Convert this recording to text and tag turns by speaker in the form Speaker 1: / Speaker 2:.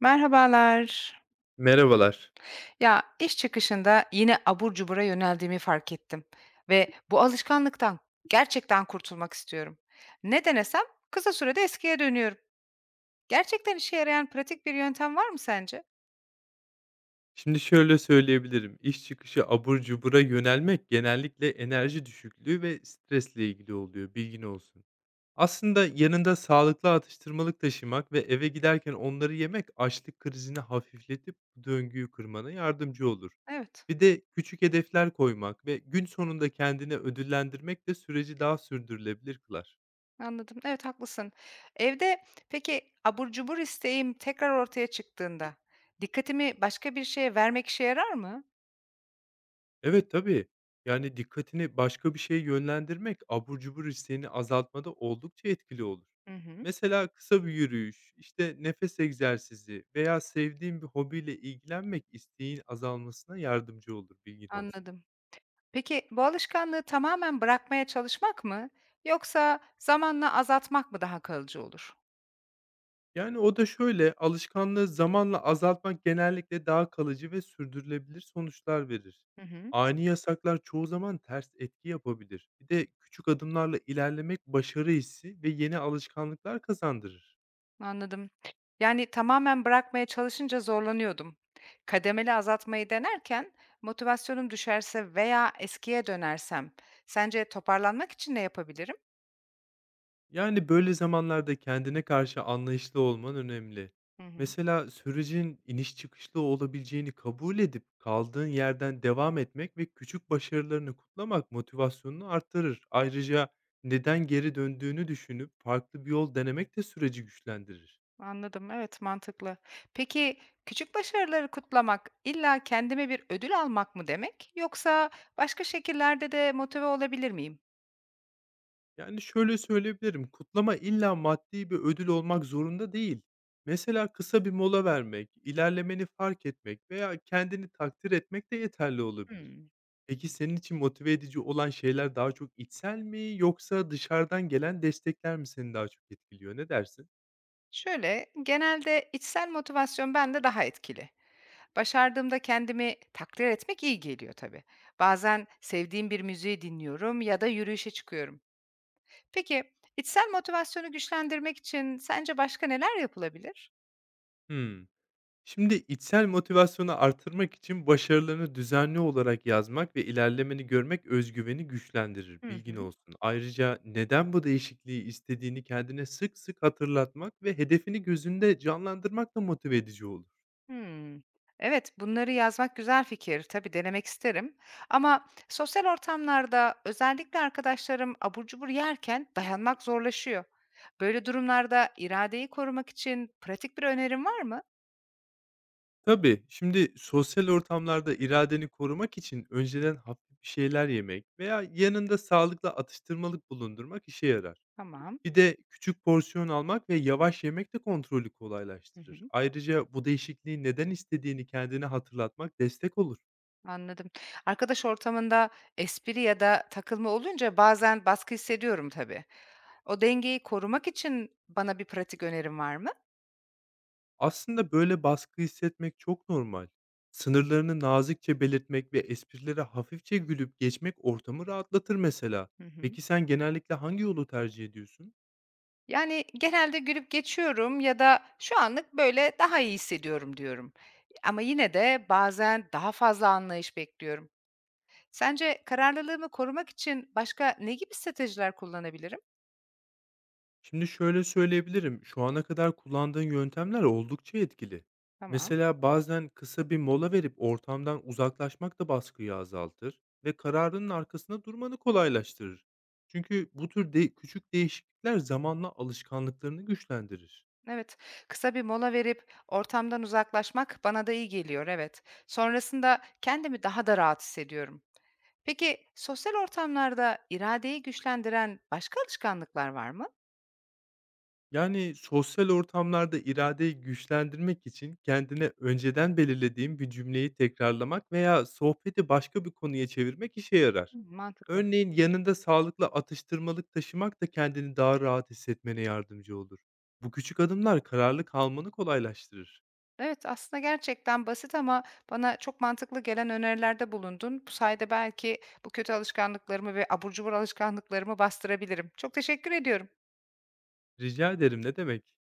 Speaker 1: Merhabalar.
Speaker 2: Merhabalar.
Speaker 1: Ya iş çıkışında yine abur cubura yöneldiğimi fark ettim ve bu alışkanlıktan gerçekten kurtulmak istiyorum. Ne denesem kısa sürede eskiye dönüyorum. Gerçekten işe yarayan pratik bir yöntem var mı sence?
Speaker 2: Şimdi şöyle söyleyebilirim. İş çıkışı abur cubura yönelmek genellikle enerji düşüklüğü ve stresle ilgili oluyor. Bilgin olsun. Aslında yanında sağlıklı atıştırmalık taşımak ve eve giderken onları yemek açlık krizini hafifletip bu döngüyü kırmana yardımcı olur.
Speaker 1: Evet,
Speaker 2: Bir de küçük hedefler koymak ve gün sonunda kendini ödüllendirmek de süreci daha sürdürülebilir kılar.
Speaker 1: anladım. Evet, haklısın. Evde peki abur cubur isteğim tekrar ortaya çıktığında dikkatimi başka bir şeye vermek işe yarar mı?
Speaker 2: Evet, tabii. Yani, dikkatini başka bir şeye yönlendirmek abur cubur isteğini azaltmada oldukça etkili olur.
Speaker 1: Hı hı,
Speaker 2: Mesela kısa bir yürüyüş, işte, nefes egzersizi veya sevdiğin bir hobiyle ilgilenmek isteğin azalmasına yardımcı olur, bilgin olsun.
Speaker 1: anladım. Peki bu alışkanlığı tamamen bırakmaya çalışmak mı yoksa zamanla azaltmak mı daha kalıcı olur?
Speaker 2: Yani, o da şöyle, alışkanlığı zamanla azaltmak genellikle daha kalıcı ve sürdürülebilir sonuçlar verir.
Speaker 1: Hı hı,
Speaker 2: Ani yasaklar çoğu zaman ters etki yapabilir. Bir de küçük adımlarla ilerlemek başarı hissi ve yeni alışkanlıklar kazandırır.
Speaker 1: anladım. Yani tamamen bırakmaya çalışınca zorlanıyordum. Kademeli azaltmayı denerken motivasyonum düşerse veya eskiye dönersem sence toparlanmak için ne yapabilirim?
Speaker 2: Yani, böyle zamanlarda kendine karşı anlayışlı olman önemli.
Speaker 1: Hı hı,
Speaker 2: Mesela sürecin iniş çıkışlı olabileceğini kabul edip kaldığın yerden devam etmek ve küçük başarılarını kutlamak motivasyonunu arttırır. Ayrıca neden geri döndüğünü düşünüp farklı bir yol denemek de süreci güçlendirir.
Speaker 1: anladım. Evet, mantıklı. Peki küçük başarıları kutlamak illa kendime bir ödül almak mı demek yoksa başka şekillerde de motive olabilir miyim?
Speaker 2: Yani, şöyle söyleyebilirim, kutlama illa maddi bir ödül olmak zorunda değil. Mesela kısa bir mola vermek, ilerlemeni fark etmek veya kendini takdir etmek de yeterli olabilir.
Speaker 1: Hmm.
Speaker 2: Peki, senin için motive edici olan şeyler daha çok içsel mi yoksa dışarıdan gelen destekler mi seni daha çok etkiliyor? Ne dersin?
Speaker 1: Şöyle, genelde içsel motivasyon bende daha etkili. Başardığımda kendimi takdir etmek iyi geliyor tabii. Bazen sevdiğim bir müziği dinliyorum ya da yürüyüşe çıkıyorum. Peki, içsel motivasyonu güçlendirmek için sence başka neler yapılabilir?
Speaker 2: Hımm. Şimdi içsel motivasyonu artırmak için başarılarını düzenli olarak yazmak ve ilerlemeni görmek öz güveni güçlendirir,
Speaker 1: Hı
Speaker 2: bilgin
Speaker 1: hı.
Speaker 2: olsun. Ayrıca neden bu değişikliği istediğini kendine sık sık hatırlatmak ve hedefini gözünde canlandırmak da motive edici olur.
Speaker 1: Hmm. Evet, bunları yazmak güzel fikir. Tabii denemek isterim. Ama sosyal ortamlarda özellikle arkadaşlarım abur cubur yerken dayanmak zorlaşıyor. Böyle durumlarda iradeyi korumak için pratik bir önerin var mı?
Speaker 2: Tabii, şimdi sosyal ortamlarda iradeni korumak için önceden hafif bir şeyler yemek veya yanında sağlıklı atıştırmalık bulundurmak işe yarar.
Speaker 1: Tamam.
Speaker 2: Bir de küçük porsiyon almak ve yavaş yemek de kontrolü
Speaker 1: Hı
Speaker 2: kolaylaştırır.
Speaker 1: hı.
Speaker 2: Ayrıca bu değişikliği neden istediğini kendine hatırlatmak destek olur.
Speaker 1: Anladım. Arkadaş ortamında espri ya da takılma olunca bazen baskı hissediyorum tabii. O dengeyi korumak için bana bir pratik önerim var mı?
Speaker 2: Aslında böyle baskı hissetmek çok normal. Sınırlarını nazikçe belirtmek ve esprilere hafifçe gülüp geçmek ortamı rahatlatır mesela.
Speaker 1: Hı hı.
Speaker 2: Peki sen genellikle hangi yolu tercih ediyorsun?
Speaker 1: Yani genelde gülüp geçiyorum ya da şu anlık böyle daha iyi hissediyorum diyorum. Ama yine de bazen daha fazla anlayış bekliyorum. Sence kararlılığımı korumak için başka ne gibi stratejiler kullanabilirim?
Speaker 2: Şimdi şöyle söyleyebilirim, şu ana kadar kullandığın yöntemler oldukça etkili.
Speaker 1: Tamam.
Speaker 2: Mesela bazen kısa bir mola verip ortamdan uzaklaşmak da baskıyı azaltır ve kararının arkasında durmanı kolaylaştırır. Çünkü bu tür de küçük değişiklikler zamanla alışkanlıklarını güçlendirir.
Speaker 1: Evet, kısa bir mola verip ortamdan uzaklaşmak bana da iyi geliyor, evet. Sonrasında kendimi daha da rahat hissediyorum. Peki sosyal ortamlarda iradeyi güçlendiren başka alışkanlıklar var mı?
Speaker 2: Yani, sosyal ortamlarda iradeyi güçlendirmek için kendine önceden belirlediğim bir cümleyi tekrarlamak veya sohbeti başka bir konuya çevirmek işe yarar.
Speaker 1: Hmm, mantıklı.
Speaker 2: Örneğin yanında sağlıklı atıştırmalık taşımak da kendini daha rahat hissetmene yardımcı olur. Bu küçük adımlar kararlı kalmanı kolaylaştırır.
Speaker 1: Evet, aslında gerçekten basit ama bana çok mantıklı gelen önerilerde bulundun. Bu sayede belki bu kötü alışkanlıklarımı ve abur cubur alışkanlıklarımı bastırabilirim. Çok teşekkür ediyorum.
Speaker 2: Rica ederim, ne demek.